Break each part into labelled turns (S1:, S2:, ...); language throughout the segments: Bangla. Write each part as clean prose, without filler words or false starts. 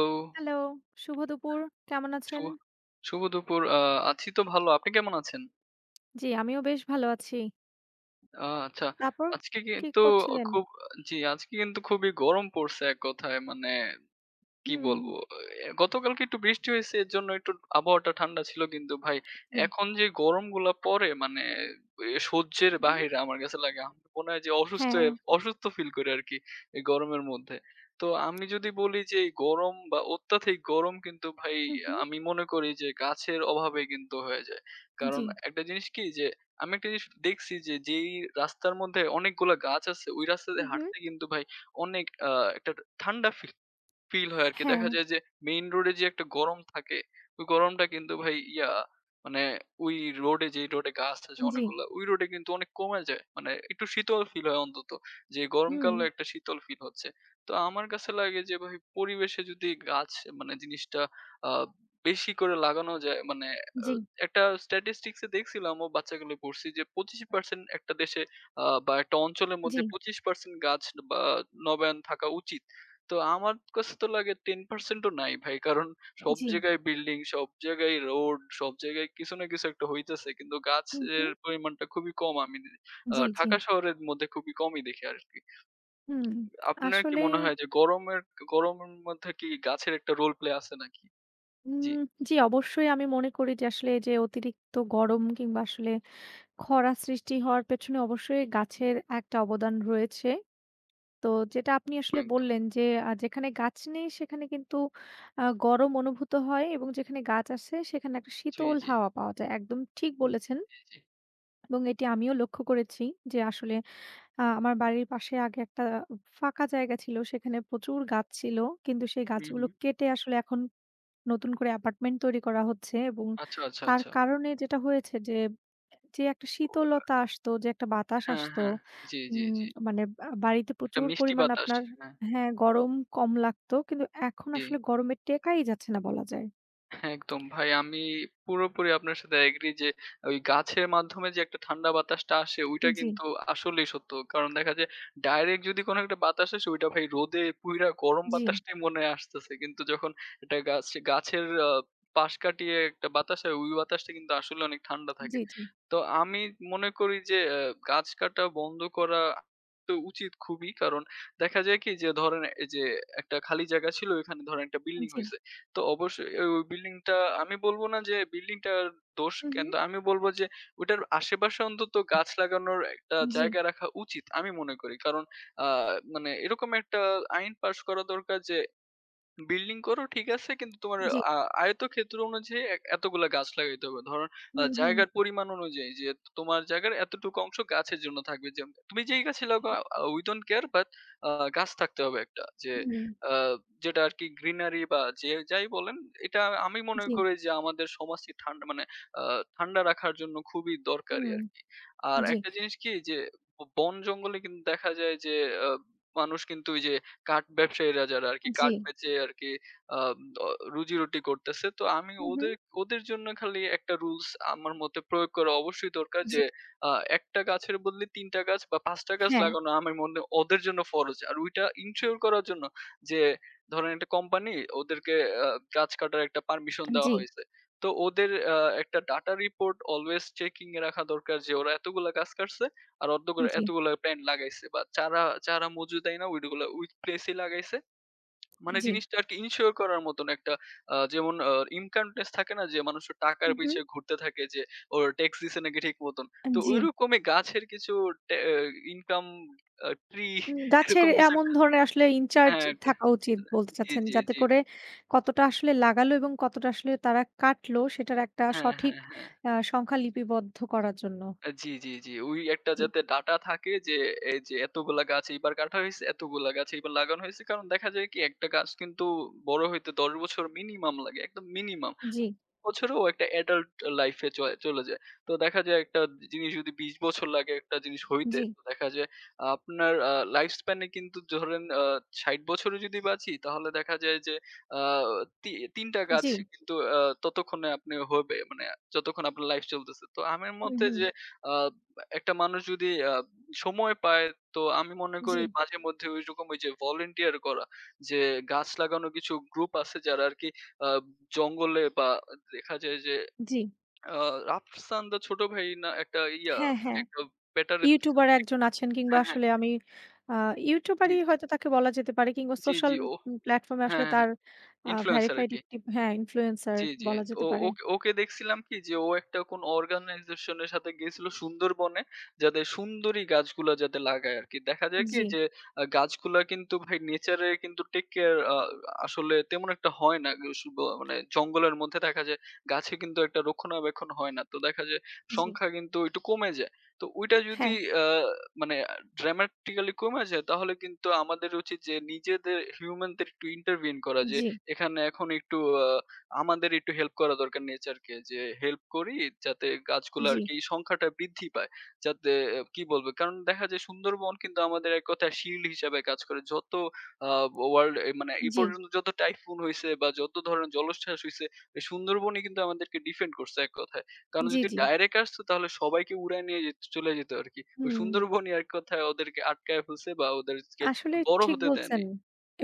S1: তো
S2: হ্যালো, শুভ দুপুর। কেমন আছেন?
S1: শুভ শুভ দুপুর। আছি তো ভালো। আপনি কেমন আছেন?
S2: জি, আমিও বেশ ভালো আছি।
S1: আচ্ছা।
S2: তারপর
S1: আজকে
S2: কি
S1: কিন্তু
S2: করছিলেন?
S1: খুব জি, আজকে কিন্তু খুবই গরম পড়ছে এক কথায়। মানে কি
S2: হুম,
S1: বলবো? গতকালকে একটু বৃষ্টি হইছে এজন্য একটু আবহাওয়াটা ঠান্ডা ছিল। কিন্তু ভাই
S2: জি।
S1: এখন যে গরমগুলা পড়ে মানে সহ্যের
S2: হু,
S1: বাহিরে আমার কাছে লাগে। আমার মনে হয় যে
S2: হ্যাঁ।
S1: অসুস্থ ফিল করি আরকি এই গরমের মধ্যে। তো আমি যদি বলি যে এই গরম বা অত্যাধিক গরম কিন্তু ভাই
S2: হু, হু,
S1: আমি মনে করি যে গাছের অভাবে কিন্তু হয়ে যায়। কারণ
S2: জি।
S1: একটা জিনিস কি যে আমি একটা জিনিস দেখছি যে যেই রাস্তার মধ্যে অনেকগুলা গাছ আছে ওই রাস্তা
S2: হু,
S1: দিয়ে
S2: হু,
S1: হাঁটতে কিন্তু ভাই অনেক একটা ঠান্ডা ফিল ফিল হয় আরকি।
S2: হ্যাঁ,
S1: দেখা যায় যে মেইন রোডে যে একটা গরম থাকে, ওই গরমটা কিন্তু ভাই ইয়া মানে ওই রোডে যেই রোডে গাছ আছে
S2: জি।
S1: অনেকগুলা, ওই রোডে কিন্তু অনেক কমে যায়। মানে একটু শীতল ফিল হয় অন্তত। যে
S2: হুম,
S1: গরমকালে একটা শীতল ফিল হচ্ছে। তো আমার কাছে লাগে যে ভাই পরিবেশে যদি গাছ মানে জিনিসটা আ বেশি করে লাগানো যায় মানে আ
S2: জি,
S1: একটা স্ট্যাটিস্টিকস এ দেখছিলাম ও বাচ্চাকালে পড়ছি যে 25% একটা দেশে বা একটা অঞ্চলের
S2: জি,
S1: মধ্যে 25% গাছ বা নবায়ন থাকা উচিত। তো আমার কাছে তো লাগে 10% ও নাই ভাই। কারণ সব
S2: জি।
S1: জায়গায় বিল্ডিং, সব জায়গায় রোড, সব জায়গায় কিছু না কিছু একটা হইতেছে। কিন্তু
S2: হু, হু,
S1: গাছের পরিমাণটা খুবই কম। আমি
S2: জি, জি।
S1: ঢাকা শহরের মধ্যে খুবই কমই দেখি আরকি।
S2: হুম,
S1: আপনার কি
S2: আসলেই
S1: মনে হয় যে গরমের গরমের মধ্যে কি গাছের একটা রোল প্লে আছে নাকি? জি,
S2: উম জি, অবশ্যই আমি মনে করি যে আসলে এই যে অতিরিক্ত গরম কিংবা আসলে খরা সৃষ্টি হওয়ার পেছনে অবশ্যই গাছের একটা অবদান রয়েছে। তো যেটা আপনি আসলে
S1: একদম।
S2: বললেন যে যেখানে গাছ নেই সেখানে কিন্তু গরম অনুভূত হয় এবং যেখানে গাছ আছে সেখানে একটা
S1: জি,
S2: শীতল
S1: জি।
S2: হাওয়া পাওয়া যায়। একদম ঠিক
S1: হুম,
S2: বলেছেন
S1: জি, জি।
S2: এবং এটি আমিও লক্ষ্য করেছি যে আসলে আমার বাড়ির পাশে আগে একটা ফাঁকা জায়গা ছিল সেখানে প্রচুর গাছ ছিল। কিন্তু সেই
S1: হুম,
S2: গাছগুলো
S1: হুম।
S2: কেটে আসলে এখন নতুন করে অ্যাপার্টমেন্ট তৈরি করা হচ্ছে এবং
S1: আচ্ছা, আচ্ছা,
S2: তার
S1: আচ্ছা।
S2: কারণে যেটা হয়েছে যে, যে একটা
S1: ও
S2: শীতলতা আসতো, যে একটা বাতাস
S1: হ্যাঁ,
S2: আসতো,
S1: হ্যাঁ। জি, জি,
S2: উম
S1: জি।
S2: মানে বা বাড়িতে
S1: একটা
S2: প্রচুর
S1: মিষ্টি
S2: পরিমাণ
S1: বাতাস।
S2: আপনার
S1: হ্যাঁ,
S2: হ্যাঁ, গরম কম লাগতো। কিন্তু এখন
S1: জি।
S2: আসলে গরমে টেকাই যাচ্ছে না বলা যায়।
S1: একদম ভাই আমি পুরোপুরি আপনার সাথে এগ্রি যে ওই গাছের মাধ্যমে যে একটা ঠান্ডা বাতাসটা আসে ওইটা
S2: জি,
S1: কিন্তু আসলেই সত্য। কারণ দেখা যায় ডাইরেক্ট যদি কোনো একটা বাতাস আসে ওইটা ভাই রোদে পুইরা গরম
S2: জি,
S1: বাতাসটাই মনে হয় আসতেছে। কিন্তু যখন একটা গাছ গাছের পাশ কাটিয়ে একটা বাতাস হয় ওই বাতাসটা কিন্তু আসলে অনেক ঠান্ডা থাকে।
S2: জি, জি,
S1: তো আমি মনে করি যে গাছ কাটা বন্ধ করা তো উচিত খুবই। কারণ দেখা যায় কি যে ধরেন এই যে একটা খালি জায়গা ছিল ওইখানে ধরেন একটা বিল্ডিং
S2: জি।
S1: হইছে। তো অবশ্যই ওই বিল্ডিংটা আমি বলব না যে বিল্ডিংটার দোষ,
S2: হু, হু।
S1: কিন্তু আমি বলব যে ওটার আশেপাশে অন্তত গাছ লাগানোর একটা
S2: জি,
S1: জায়গা রাখা উচিত আমি মনে করি। কারণ আ মানে এরকম একটা আইন পাস করা দরকার যে বিল্ডিং করো ঠিক আছে। কিন্তু তোমার
S2: জি।
S1: আ আয়তক্ষেত্র অনুযায়ী এতগুলা গাছ লাগাইতে হবে। ধরুন
S2: হু, হু।
S1: জায়গার পরিমাণ অনুযায়ী যে তোমার জায়গার এতটুকু অংশ গাছের জন্য থাকবে। যেমন তুমি যেই গাছই লাগাও
S2: জি,
S1: we don't care but আ গাছ থাকতে হবে একটা। যে
S2: হুম,
S1: আ যেটা আরকি গ্রিনারি বা যে যাই বলেন এটা আমি মনে
S2: জি,
S1: করি যে আমাদের সমাজকে ঠান্ডা মানে আ ঠান্ডা রাখার জন্য খুবই দরকারি
S2: হুম,
S1: আরকি। আর
S2: জি,
S1: একটা জিনিস কি যে বন জঙ্গলে কিন্তু দেখা যায় যে আ মানুষ কিন্তু ওই যে কাঠ ব্যবসায়ীরা যারা আরকি
S2: জি,
S1: কাঠ বেচে আরকি আহ উম, অ রুজি-রুটি করতেছে। তো আমি
S2: হু, হু,
S1: ওদের ওদের জন্য খালি একটা রুলস আমার মতে প্রয়োগ করা অবশ্যই দরকার
S2: জি।
S1: যে, আ ১ টা গাছের বদলে ৩ টা গাছ বা ৫ টা গাছ
S2: হ্যাঁ,
S1: লাগানো আমার মনে হয় ওদের জন্য ফরজ। আর ওইটা ইনশিওর করার জন্য যে, ধরেন একটা কোম্পানি ওদেরকে আ গাছ কাটার একটা পারমিশন দেওয়া
S2: জি,
S1: হইছে। তো ওদের একটা ডাটা রিপোর্ট অলওয়েজ চেকিং এ রাখা দরকার যে, ওরা এতগুলা গাছ কাটছে। আর
S2: জি,
S1: এতগুলা প্যান্ট লাগাইছে বা চারা, চারা মজুদাই না ওইগুলা ওই প্লেসেই লাগাইছে। মানে
S2: জি,
S1: জিনিসটা আরকি ইনসিওর করার মতন একটা আ যেমন আ ইনকামনেস থাকে না যে মানুষের
S2: হু,
S1: টাকার
S2: হু,
S1: পিছে ঘুরতে থাকে যে ওর ট্যাক্স দিছে নাকি ঠিক মতন। তো
S2: জি।
S1: ঐরকমই গাছের কিছু ট্যা ইনকাম আ ট্রি
S2: গাছের
S1: এরকম কিছু
S2: এমন
S1: একটা
S2: ধরনের আসলে ইনচার্জ
S1: হ্যাঁ, একটা
S2: থাকা উচিত বলতে
S1: জি,
S2: চাচ্ছেন।
S1: জি,
S2: যাতে
S1: জি।
S2: করে কতটা আসলে লাগালো এবং কতটা আসলে তারা কাটলো সেটার একটা
S1: হ্যাঁ,
S2: সঠিক
S1: হ্যাঁ, হ্যাঁ।
S2: সংখ্যা লিপিবদ্ধ করার জন্য।
S1: জি, জি, জি। ওই একটা
S2: জি,
S1: যাতে ডাটা থাকে যে এই যে এতগুলা গাছ এইবার কাটা হইছে, এতগুলা গাছ এইবার লাগানো হইছে। কারণ দেখা যায় কি একটা গাছ কিন্তু বড় হইতে ১০ বছর মিনিমাম লাগে। একদম মিনিমাম।
S2: জি,
S1: বছরে ও একটা এডাল্ট লাইফ এ চলে চলে যায়। তো দেখা যায় একটা জিনিস যদি ২০ বছর লাগে একটা জিনিস হইতে,
S2: জি,
S1: তো দেখা যায় আপনার লাইফ স্প্যান এ কিন্তু ধরেন ৬০ বছরে যদি বাঁচি তাহলে দেখা যায় যে আ তি ৩ টা গাছ
S2: জি,
S1: কিন্তু ততক্ষণে আপনি হবে মানে যতক্ষণ আপনার লাইফ চলতেছে। তো আমার
S2: হুম,
S1: মতে
S2: হুম,
S1: যে আ একটা মানুষ যদি সময় পায় তো আমি মনে করি
S2: জি,
S1: মাঝে মধ্যে ঐরকম ওই যে ভলান্টিয়ার করা যে গাছ লাগানো কিছু গ্রুপ আছে যারা আরকি আ জঙ্গলে বা দেখা যায় যে
S2: জি।
S1: আ রাফসান দা ছোট ভাই না একটা ইয়া
S2: হ্যাঁ, হ্যাঁ।
S1: একটা ব্যাটারে
S2: ইউটিউবার একজন
S1: দেখতাম
S2: আছেন কিংবা
S1: হ্যাঁ, হ্যাঁ।
S2: আসলে আমি আ
S1: জি,
S2: ইউটিউবারই
S1: জি।
S2: হয়তো তাকে বলা যেতে পারে কিংবা
S1: জি,
S2: সোশ্যাল
S1: জি। ও
S2: প্ল্যাটফর্ম এ
S1: হ্যাঁ,
S2: আসলে
S1: হ্যাঁ,
S2: তার
S1: হ্যাঁ। ইনফ্লুয়েন্সার
S2: ভেরিফাইড
S1: আরকি।
S2: একটি হ্যাঁ, ইনফ্লুয়েন্সার
S1: জি, জি।
S2: বলা
S1: তো
S2: যেতে
S1: ও-
S2: পারে।
S1: ওকে ওকে দেখছিলাম কি যে ও একটা কোন অর্গানাইজেশন এর সাথে গেছিল সুন্দরবনে যাতে সুন্দরী গাছগুলা যাতে লাগায় আরকি। দেখা যায় কি
S2: জি,
S1: যে গাছগুলা কিন্তু ভাই নেচার এর কিন্তু টেক কেয়ার আসলে তেমন একটা হয় না। শুধ মানে জঙ্গলের মধ্যে দেখা যায় গাছে কিন্তু একটা রক্ষণাবেক্ষণ হয় না। তো দেখা যায়
S2: জি,
S1: সংখ্যা কিন্তু একটু কমে যায়। তো ওইটা যদি
S2: হ্যাঁ,
S1: আ মানে ড্রামাটিক্যালি কমে যায় তাহলে কিন্তু আমাদের উচিত যে নিজেদের হিউম্যানদের একটু ইন্টারভেইন করা যে
S2: জি,
S1: এখানে এখন একটু আ আমাদের একটু হেল্প করা দরকার নেচারকে যে হেল্প করি যাতে গাছগুলো আর
S2: জি,
S1: কি সংখ্যাটা বৃদ্ধি পায় যাতে আহ, কি বলবো কারণ দেখা যায় সুন্দরবন কিন্তু আমাদের এক কথা শিল্ড হিসাবে কাজ করে যত ওয়ার্ল্ড মানে এই
S2: জি।
S1: পর্যন্ত যত টাইফুন হয়েছে বা যত ধরনের জলোচ্ছ্বাস হয়েছে এই সুন্দরবনই কিন্তু আমাদেরকে ডিফেন্ড করছে এক কথায় কারণ
S2: জি,
S1: যদি
S2: জি।
S1: ডাইরেক্ট আসতো তাহলে সবাইকে উড়ায় নিয়ে যেত চলে যেত আর কি ওই
S2: হুম,
S1: সুন্দরবনই এক কথায় ওদেরকে আটকায় ফেলছে বা ওদেরকে
S2: আসলে
S1: বড়
S2: ঠিক
S1: হতে
S2: বলছেন।
S1: দেয়নি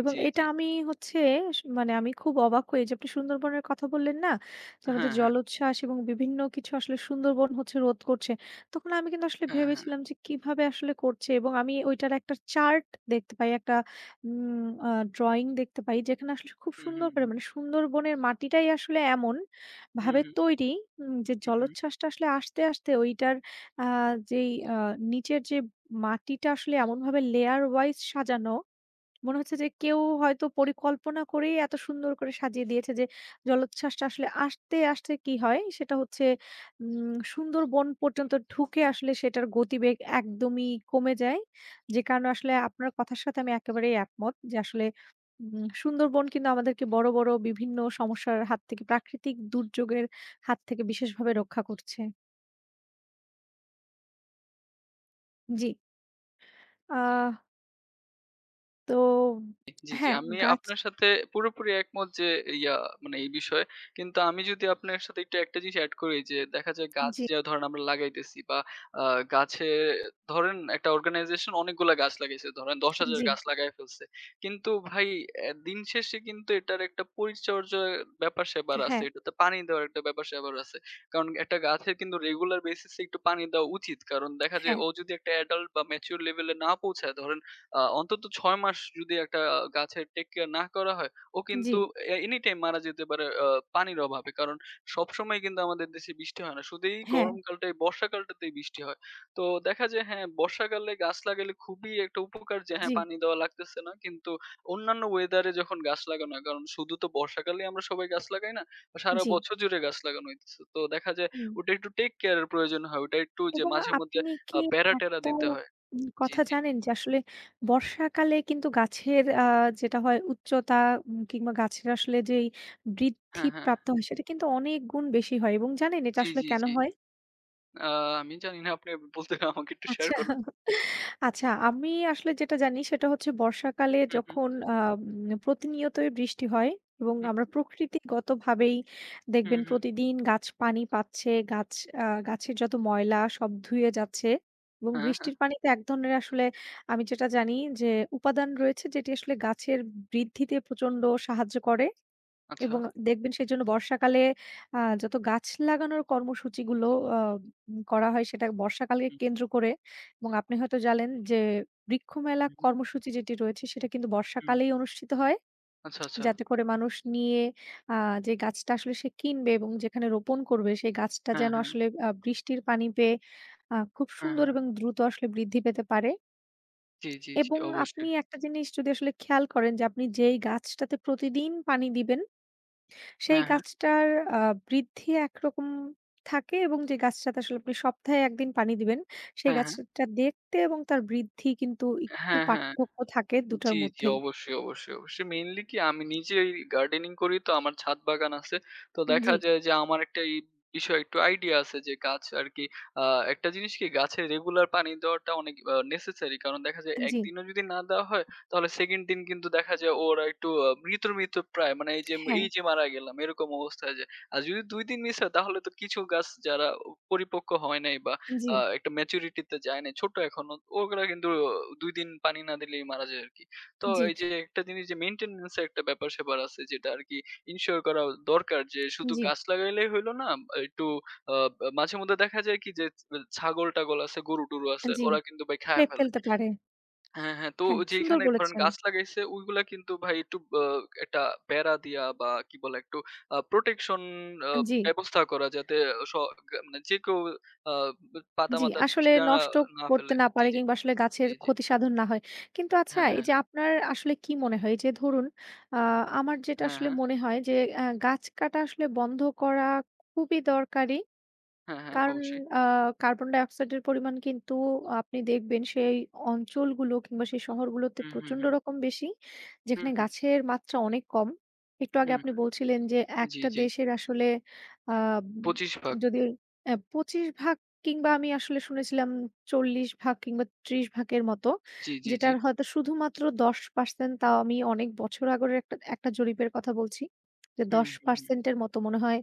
S2: এবং
S1: জি
S2: এটা
S1: জি
S2: আমি হচ্ছে মানে আমি খুব অবাক হই যে আপনি সুন্দরবনের কথা বললেন না? যে আমাদের
S1: হ্যাঁ হ্যাঁ
S2: জলোচ্ছ্বাস এবং বিভিন্ন কিছু আসলে সুন্দরবন হচ্ছে রোধ করছে। তখন আমি কিন্তু আসলে
S1: হ্যাঁ হ্যাঁ
S2: ভেবেছিলাম যে কিভাবে আসলে করছে এবং আমি ওইটার একটা চার্ট দেখতে পাই, একটা উম আ ড্রইং দেখতে পাই যেখানে আসলে খুব
S1: হুম
S2: সুন্দর
S1: হুম
S2: করে
S1: হুম
S2: মানে সুন্দরবনের মাটিটাই আসলে এমন ভাবে
S1: হুম
S2: তৈরি, যে
S1: হুম হুম
S2: জলোচ্ছ্বাসটা আসলে আসতে, আসতে ওইটার আ যেই আ নিচের যে মাটিটা আসলে এমনভাবে লেয়ার ওয়াইজ সাজানো, মনে হচ্ছে যে কেউ হয়তো পরিকল্পনা করেই এত সুন্দর করে সাজিয়ে দিয়েছে যে জলোচ্ছ্বাসটা আসলে আসতে, আসতে কি হয় সেটা হচ্ছে সুন্দরবন পর্যন্ত ঢুকে আসলে সেটার গতিবেগ একদমই কমে যায়। যে কারণে আসলে আপনার কথার সাথে আমি একেবারেই একমত যে আসলে সুন্দরবন কিন্তু আমাদেরকে বড়, বড় বিভিন্ন সমস্যার হাত থেকে প্রাকৃতিক দুর্যোগের হাত থেকে বিশেষভাবে রক্ষা করছে। জি। আহ তো
S1: জি, জি।
S2: হ্যাঁ,
S1: আমি
S2: গাছ
S1: আপনার সাথে পুরোপুরি একমত যে ইয়া মানে এই বিষয়ে। কিন্তু আমি যদি আপনার সাথে একটু একটা জিনিস এড করি যে দেখা যায় গাছ
S2: জি।
S1: যা ধরেন আমরা লাগাইতেছি বা আ গাছে ধরেন একটা অর্গানাইজেশন অনেকগুলা গাছ লাগাইছে। ধরেন ১০,০০০
S2: জি,
S1: গাছ লাগায় ফেলছে। কিন্তু ভাই দিন শেষে কিন্তু এটার একটা পরিচর্যার ব্যাপার-স্যাপার আছে।
S2: হ্যাঁ,
S1: এটাতে পানি দেওয়ার একটা ব্যাপার-স্যাপার আছে। কারণ একটা গাছের কিন্তু রেগুলার বেসিস এ একটু পানি দেওয়া উচিত। কারণ দেখা যায়
S2: হ্যাঁ,
S1: ও যদি একটা অ্যাডাল্ট বা ম্যাচিউর লেভেল এ না পৌঁছায় ধরেন অন্তত ৬ মাস যদি একটা গাছের টেক কেয়ার না করা হয়, ও
S2: জি,
S1: কিন্তু এনিটাইম মারা যেতে পারে পানির অভাবে। কারণ সবসময় কিন্তু আমাদের দেশে বৃষ্টি হয় না। শুধু এই
S2: হ্যাঁ,
S1: গরমকালটাই বর্ষাকালটাতেই বৃষ্টি হয়। তো দেখা যায় হ্যাঁ, বর্ষাকালে গাছ লাগালে খুবই একটা উপকার যে হ্যাঁ,
S2: জি,
S1: পানি দেওয়া লাগতেছে না। কিন্তু অন্যান্য ওয়েদারে যখন গাছ লাগানো হয়, কারণ শুধু তো বর্ষাকালেই আমরা সবাই গাছ লাগাই না। সারা
S2: জি,
S1: বছর জুড়ে গাছ লাগানো হইতেছে। তো দেখা যায়
S2: হুম।
S1: ওটা একটু টেক কেয়ার এর প্রয়োজন হয়। ওটা একটু যে
S2: এবং
S1: মাঝে মধ্যে
S2: আপনি কি
S1: বেড়া-টেরা
S2: একটা
S1: দিতে হয়। জি,
S2: কথা
S1: জি।
S2: জানেন যে আসলে বর্ষাকালে কিন্তু গাছের যেটা হয় উচ্চতা কিংবা গাছের আসলে যেই বৃদ্ধি
S1: হ্যাঁ, হ্যাঁ।
S2: প্রাপ্ত হয় সেটা কিন্তু অনেক গুণ বেশি হয় এবং জানেন এটা
S1: জি,
S2: আসলে
S1: জি,
S2: কেন
S1: জি।
S2: হয়?
S1: আ আমি জানি না আপনি বলতে আমাকে একটু শেয়ার
S2: আচ্ছা,
S1: করুন।
S2: আচ্ছা আমি আসলে যেটা জানি সেটা হচ্ছে বর্ষাকালে
S1: হুম, হুম,
S2: যখন আ উম প্রতিনিয়তই বৃষ্টি হয় এবং
S1: হুম,
S2: আমরা প্রকৃতিগতভাবেই
S1: হুম,
S2: দেখবেন
S1: হুম।
S2: প্রতিদিন গাছ পানি পাচ্ছে, গাছ গাছের যত ময়লা সব ধুয়ে যাচ্ছে এবং
S1: হ্যাঁ, হ্যাঁ।
S2: বৃষ্টির পানিতে এক ধরনের আসলে আমি যেটা জানি যে উপাদান রয়েছে যেটি আসলে গাছের বৃদ্ধিতে প্রচন্ড সাহায্য করে।
S1: আচ্ছা।
S2: এবং দেখবেন সেজন্য বর্ষাকালে যত গাছ লাগানোর কর্মসূচিগুলো আ উম করা হয় সেটা বর্ষাকালকে
S1: হুম,
S2: কেন্দ্র করে এবং আপনি হয়তো জানেন যে বৃক্ষ মেলা
S1: হুম, হুম,
S2: কর্মসূচি যেটি রয়েছে সেটা কিন্তু
S1: হুম।
S2: বর্ষাকালেই অনুষ্ঠিত হয়।
S1: আচ্ছা, আচ্ছা।
S2: যাতে করে মানুষ নিয়ে আ যে গাছটা আসলে সে কিনবে এবং যেখানে রোপণ করবে সেই গাছটা
S1: হ্যাঁ,
S2: যেন
S1: হ্যাঁ,
S2: আসলে বৃষ্টির পানি পেয়ে খুব
S1: হ্যাঁ,
S2: সুন্দর
S1: হ্যাঁ।
S2: এবং দ্রুত আসলে বৃদ্ধি পেতে পারে
S1: জি, জি, জি।
S2: এবং
S1: অবশ্যই।
S2: আপনি একটা জিনিস যদি আসলে খেয়াল করেন যে আপনি যেই গাছটাতে প্রতিদিন পানি দিবেন সেই
S1: হ্যাঁ, হ্যাঁ,
S2: গাছটার আ বৃদ্ধি একরকম থাকে এবং যে গাছটাতে আসলে আপনি সপ্তাহে ১ দিন পানি দিবেন, সেই
S1: হ্যাঁ, হ্যাঁ।
S2: গাছটা দেখতে এবং তার বৃদ্ধি কিন্তু একটু
S1: হ্যাঁ, হ্যাঁ।
S2: পার্থক্য থাকে ২
S1: জি,
S2: টার
S1: জি।
S2: মধ্যেই।
S1: অবশ্যই, অবশ্যই, অবশ্যই। মেইনলি কি আমি নিজেই গার্ডেনিং করি তো আমার ছাদ বাগান আছে। তো
S2: জি,
S1: দেখা যায় যে আমার একটা এই বিষয়ে একটু আইডিয়া আছে যে গাছ আরকি আ একটা জিনিস কি গাছে রেগুলার পানি দেওয়াটা অনেক নেসেসারি। কারণ দেখা যায়
S2: জি,
S1: একদিনও যদি না দেওয়া হয় তাহলে 2nd দিন কিন্তু দেখা যায় ওরা একটু মৃত্যুর প্রায় মানে এই যে,
S2: হ্যাঁ,
S1: এই যে মারা গেলাম এরকম অবস্থা হয়ে যায়। আর যদি ২ দিন মিস হয় তাহলে তো কিছু গাছ যারা পরিপক্ক হয় নাই বা
S2: জি,
S1: একটা ম্যাচুরিটি তে যায় নাই ছোট এখনো ওগুলা কিন্তু ২ দিন পানি না দিলেই মারা যায় আরকি। তো
S2: জি,
S1: এই যে একটা জিনিস যে মেইনটেন্যান্স এর একটা ব্যাপার-স্যাপার আছে যেটা আরকি ইনশিওর করা দরকার যে শুধু
S2: জি,
S1: গাছ লাগাইলেই হইল না, একটু আ মাঝেমধ্যে দেখা যায় কি যে ছাগল-টাগল আছে, গরু-টরু আছে
S2: জি,
S1: ওরা কিন্তু ভাই খায়া
S2: খেয়ে
S1: ফেলে।
S2: ফেলতে পারে।
S1: হ্যাঁ, হ্যাঁ। তো
S2: হ্যাঁ, সুন্দর
S1: যেইখানে ধরেন
S2: বলেছেন।
S1: গাছ লাগাইছে ওইগুলা কিন্তু ভাই একটু একটা বেড়া দিয়া বা কি বলে একটু প্রোটেকশন আ
S2: জি।
S1: ব্যবস্থা করা যাতে স মানে যে কেউ আ
S2: জি,
S1: পাতা-মাতা
S2: আসলে
S1: ছিঁড়া না
S2: নষ্ট
S1: না
S2: করতে
S1: ফেলে।
S2: না
S1: জি,
S2: পারে
S1: জি,
S2: কিংবা আসলে গাছের
S1: জি, জি।
S2: ক্ষতি সাধন না হয়। কিন্তু আচ্ছা
S1: হ্যাঁ,
S2: এই
S1: হ্যাঁ,
S2: যে আপনার আসলে কি মনে হয়? এই যে ধরুন আ আমার যেটা
S1: হ্যাঁ,
S2: আসলে
S1: হ্যাঁ,
S2: মনে হয় যে, গাছ কাটা আসলে বন্ধ করা খুবই দরকারি।
S1: হ্যাঁ, হ্যাঁ,
S2: কারণ
S1: অবশ্যই।
S2: আ কার্বন ডাইঅক্সাইডের পরিমাণ কিন্তু আপনি দেখবেন সেই অঞ্চলগুলো কিংবা সেই শহরগুলোতে
S1: হুম, হুম,
S2: প্রচন্ড
S1: হুম।
S2: রকম বেশি,
S1: হুম,
S2: যেখানে
S1: হুম,
S2: গাছের মাত্রা অনেক কম। একটু আগে
S1: হুম,
S2: আপনি
S1: হুম।
S2: বলছিলেন যে
S1: জি,
S2: একটা
S1: জি।
S2: দেশের আসলে আ
S1: ২৫ ভাগ।
S2: যদি ২৫ ভাগ কিংবা আমি আসলে শুনেছিলাম ৪০ ভাগ কিংবা ৩০ ভাগের মতো,
S1: জি, জি, জি।
S2: যেটার হয়তো শুধুমাত্র ১০% তাও আমি অনেক বছর আগের একটা একটা জরিপের কথা বলছি। যে
S1: হুম, হুম, হুম।
S2: ১০% এর মতো মনে হয়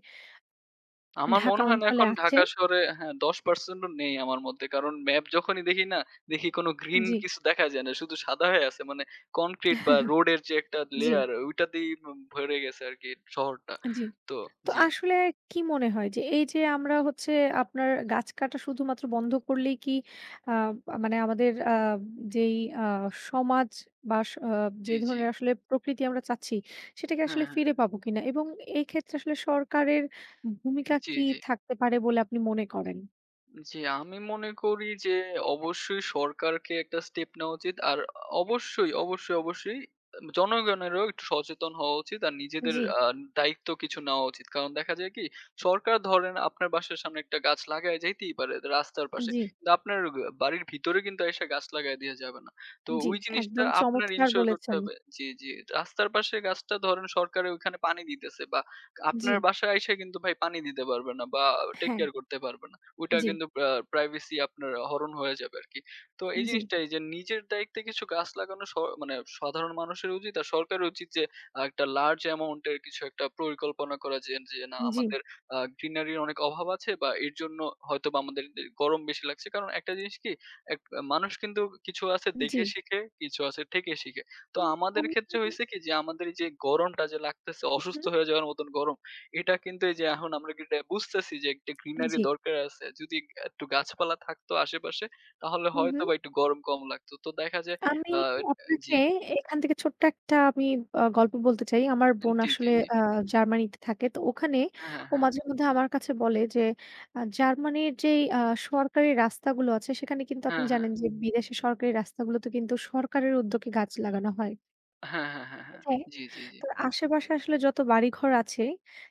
S1: আমার
S2: ঢাকা
S1: মনে হয় না
S2: অঞ্চলে
S1: এখন
S2: আছে।
S1: ঢাকা শহরে হ্যাঁ ১০% ও নেই আমার মধ্যে। কারণ ম্যাপ যখনই দেখি না, দেখি কোনো গ্রিন
S2: জি।
S1: কিছু দেখা যায় না। শুধু সাদা হয়ে আছে। মানে কনক্রিট বা রোডের যে একটা
S2: জি,
S1: লেয়ার ওইটাতেই ভরে গেছে আরকি শহরটা।
S2: জি।
S1: তো
S2: তো
S1: জি,
S2: আসলে কি মনে হয় যে এই যে আমরা হচ্ছে আপনার গাছ কাটা শুধুমাত্র বন্ধ করলেই কি আ মানে আমাদের আ যেই আ সমাজ বা স আ যে
S1: জি, জি।
S2: ধরনের আসলে প্রকৃতি আমরা চাচ্ছি সেটাকে
S1: হ্যাঁ,
S2: আসলে
S1: হ্যাঁ।
S2: ফিরে পাবো কিনা? এবং এই ক্ষেত্রে আসলে সরকারের ভূমিকা
S1: জি,
S2: কি
S1: জি।
S2: থাকতে পারে বলে আপনি মনে করেন?
S1: জি, আমি মনে করি যে অবশ্যই সরকারকে একটা স্টেপ নেওয়া উচিত। আর অবশ্যই, অবশ্যই, অবশ্যই জনগণেরও একটু সচেতন হওয়া উচিত। আর নিজেদের
S2: জি,
S1: দায়িত্ব কিছু নেওয়া উচিত। কারণ দেখা যায় কি সরকার ধরেন আপনার বাসার সামনে একটা গাছ লাগায় যাইতেই পারে রাস্তার পাশে।
S2: জি,
S1: কিন্তু আপনার বাড়ির ভিতরে কিন্তু এসে গাছ লাগায় দিয়ে যাবে না। তো
S2: জি।
S1: ওই জিনিসটা
S2: একদম
S1: আপনার
S2: চমৎকার
S1: ইনশিওর করতে
S2: বলেছেন।
S1: হবে জি, জি। রাস্তার পাশে গাছটা ধরেন সরকারের ওইখানে পানি দিতেছে বা
S2: জি,
S1: আপনার বাসায় আইসা কিন্তু ভাই পানি দিতে পারবে না বা টেক
S2: হ্যাঁ,
S1: কেয়ার করতে পারবে না। ওইটা
S2: জি,
S1: কিন্তু প্রাইভেসি আপনার হরণ হয়ে যাবে আরকি। তো এই
S2: জি,
S1: জিনিসটাই যে নিজের দায়িত্বে কিছু গাছ লাগানো মানে সাধারণ মানুষের উচিত আর সরকারের উচিত যে একটা লার্জ অ্যামাউন্ট এর কিছু একটা পরিকল্পনা করা যে, যে না
S2: জি,
S1: আমাদের গ্রিনারির অনেক অভাব আছে বা এর জন্য হয়তোবা আমাদের গরম বেশি লাগছে। কারণ একটা জিনিস কি এক মানুষ কিন্তু কিছু আছে
S2: জি।
S1: দেখে শিখে, কিছু আছে ঠেকে শিখে। তো
S2: উম
S1: আমাদের ক্ষেত্রে
S2: আমি
S1: হইছে কি যে আমাদের এই যে গরমটা যে লাগতেছে অসুস্থ
S2: হুম,
S1: হয়ে যাওয়ার মতন গরম, এটা কিন্তু এই যে এখন আমরা কিন্তু এটা বুঝতেছি যে একটা গ্রিনারি
S2: জি।
S1: দরকার আছে। যদি একটু গাছপালা থাকতো আশেপাশে তাহলে
S2: হুম, হুম।
S1: হয়তোবা একটু গরম কম লাগতো। তো দেখা যায়
S2: আমি
S1: আ
S2: আপনাকে
S1: জি,
S2: এখান থেকে ছোট্ট একটা আমি গল্প বলতে চাই। আমার বোন
S1: জি, জি,
S2: আসলে জি।
S1: জি।
S2: জার্মানিতে থাকে। তো ওখানে
S1: হ্যাঁ,
S2: ও
S1: হ্যাঁ,
S2: মাঝে মধ্যে আমার কাছে বলে যে জার্মানির যেই সরকারি রাস্তাগুলো আছে সেখানে কিন্তু আপনি
S1: হ্যাঁ, হ্যাঁ,
S2: জানেন যে বিদেশে সরকারি রাস্তাগুলোতে কিন্তু সরকারের উদ্যোগে গাছ লাগানো হয়।
S1: হ্যাঁ, হ্যাঁ, হ্যাঁ, হ্যাঁ।
S2: হ্যাঁ।
S1: জি, জি, জি,
S2: তো আশেপাশে আসলে যত বাড়িঘর আছে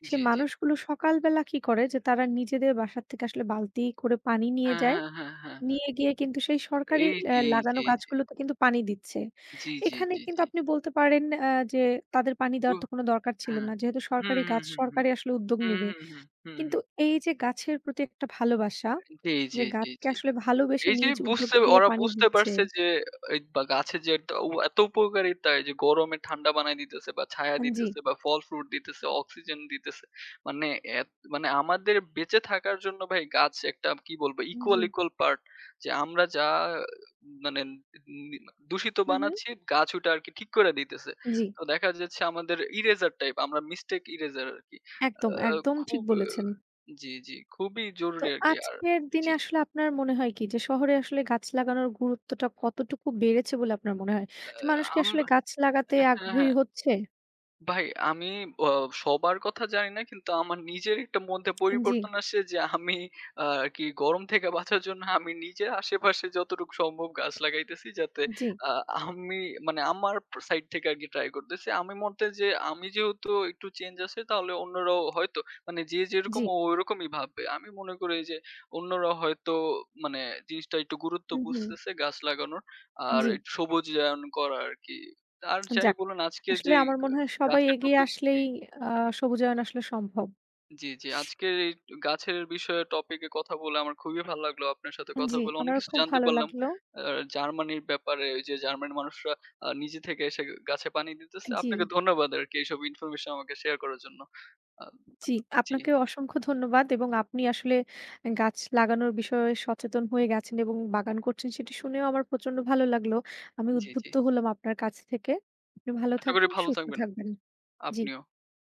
S2: সে
S1: জি, জি।
S2: মানুষগুলো সকালবেলা কি করে যে তারা নিজেদের বাসার থেকে আসলে বালতি করে পানি নিয়ে
S1: হ্যাঁ,
S2: যায়।
S1: হ্যাঁ, হ্যাঁ, হ্যাঁ, হ্যাঁ।
S2: নিয়ে গিয়ে কিন্তু সেই সরকারি
S1: এই যে, এই যে,
S2: লাগানো
S1: এই যে।
S2: গাছগুলোতে কিন্তু পানি দিচ্ছে।
S1: জি, জি,
S2: এখানে
S1: জি,
S2: কিন্তু
S1: জি।
S2: আপনি বলতে পারেন যে তাদের পানি
S1: দু
S2: দেওয়ার তো কোনো দরকার ছিল
S1: হ্যাঁ।
S2: না। যেহেতু
S1: হুম,
S2: সরকারি
S1: হুম,
S2: গাছ
S1: হুম, হুম।
S2: সরকারই আসলে উদ্যোগ
S1: হুম,
S2: নিবে।
S1: হুম, হুম, হুম,
S2: কিন্তু
S1: হুম।
S2: এই যে গাছের প্রতি একটা ভালোবাসা,
S1: জি, জি,
S2: যে
S1: জি,
S2: গাছকে
S1: জি।
S2: আসলে ভালোবেসে
S1: এই যে
S2: নিজ উদ্যোগে গিয়ে
S1: ওরা
S2: পানি
S1: বুঝতে
S2: দিচ্ছে।
S1: পারছে যে এই বা গাছের যে একটা এত উপকারিতা এই যে গরমে ঠান্ডা বানায় দিতেছে বা ছায়া
S2: জি,
S1: দিতেছে বা ফল ফ্রুট দিতেছে, অক্সিজেন দিতেছে। মানে এত মানে আমাদের বেঁচে থাকার জন্য ভাই গাছ একটা কি বলবো
S2: জি।
S1: equal part যে আমরা যা মানে নি দূষিত
S2: হু, হু।
S1: বানাচ্ছি গাছ ওটা আরকি ঠিক করে দিতেছে।
S2: জি।
S1: তো দেখা যাচ্ছে আমাদের ইরেজার টাইপ আমরা মিস্টেক ইরেজার আরকি।
S2: একদম,
S1: আ
S2: একদম ঠিক
S1: খুব
S2: বলেছেন।
S1: জি, জি খুবই
S2: তো
S1: জরুরি আরকি। আর
S2: আজকের দিনে
S1: জি
S2: আসলে আপনার মনে হয় কি যে শহরে আসলে গাছ লাগানোর গুরুত্বটা কতটুকু বেড়েছে বলে আপনার মনে হয়? যে মানুষ কি
S1: আম
S2: আসলে গাছ লাগাতে
S1: হ্যাঁ,
S2: আগ্রহী
S1: হ্যাঁ।
S2: হচ্ছে?
S1: ভাই আমি অ সবার কথা জানি না কিন্তু আমার নিজের একটা মধ্যে
S2: জি,
S1: পরিবর্তন আসে যে আমি আরকি গরম থেকে বাঁচার জন্য আমি নিজের আশেপাশে যতটুকু সম্ভব গাছ লাগাইতেছি যাতে
S2: জি,
S1: আ আমি মানে আমার সাইড থেকে আরকি ট্রাই করতেছি। আমি মতে যে আমি যেহেতু একটু চেঞ্জ আছে তাহলে অন্যরাও হয়তো মানে যে যেরকম
S2: জি।
S1: ও ওরকমই ভাববে। আমি মনে করি যে অন্যরা হয়তো মানে জিনিসটা একটু গুরুত্ব
S2: হুম, হুম।
S1: বুঝতেছে গাছ লাগানোর আর
S2: জি।
S1: একটু সবুজায়ন করা আরকি। আর যাই
S2: যাক,
S1: বলুন আজকের
S2: আসলে
S1: যে
S2: আমার মনে হয় সবাই
S1: গাছের
S2: এগিয়ে
S1: টপিক জি,
S2: আসলেই আ সবুজায়ন আসলে সম্ভব।
S1: জি, জি। আজকের এই গাছের বিষয়ে টপিকে কথা বলে আমার খুবই ভালো লাগলো। আপনার সাথে কথা
S2: জি,
S1: বলে অনেক
S2: আমারও
S1: কিছু
S2: খুব
S1: জানতে
S2: ভালো
S1: পারলাম।
S2: লাগলো।
S1: আ জার্মানির ব্যাপারে ওই যে জার্মানির মানুষরা নিজে থেকে এসে গাছে পানি দিতেছে।
S2: জি।
S1: আপনাকে ধন্যবাদ আরকি এইসব ইনফরমেশন আমাকে শেয়ার করার জন্য। আ
S2: জি,
S1: জি,
S2: আপনাকে অসংখ্য ধন্যবাদ এবং আপনি আসলে গাছ লাগানোর বিষয়ে সচেতন হয়ে গেছেন এবং বাগান করছেন সেটি শুনেও আমার প্রচন্ড ভালো লাগলো। আমি
S1: জি, জি।
S2: উদ্বুদ্ধ হলাম আপনার কাছ থেকে। আপনি ভালো
S1: আশা করি
S2: থাকবেন,
S1: ভালো
S2: সুস্থ
S1: থাকবেন।
S2: থাকবেন। জি।
S1: আপনিও।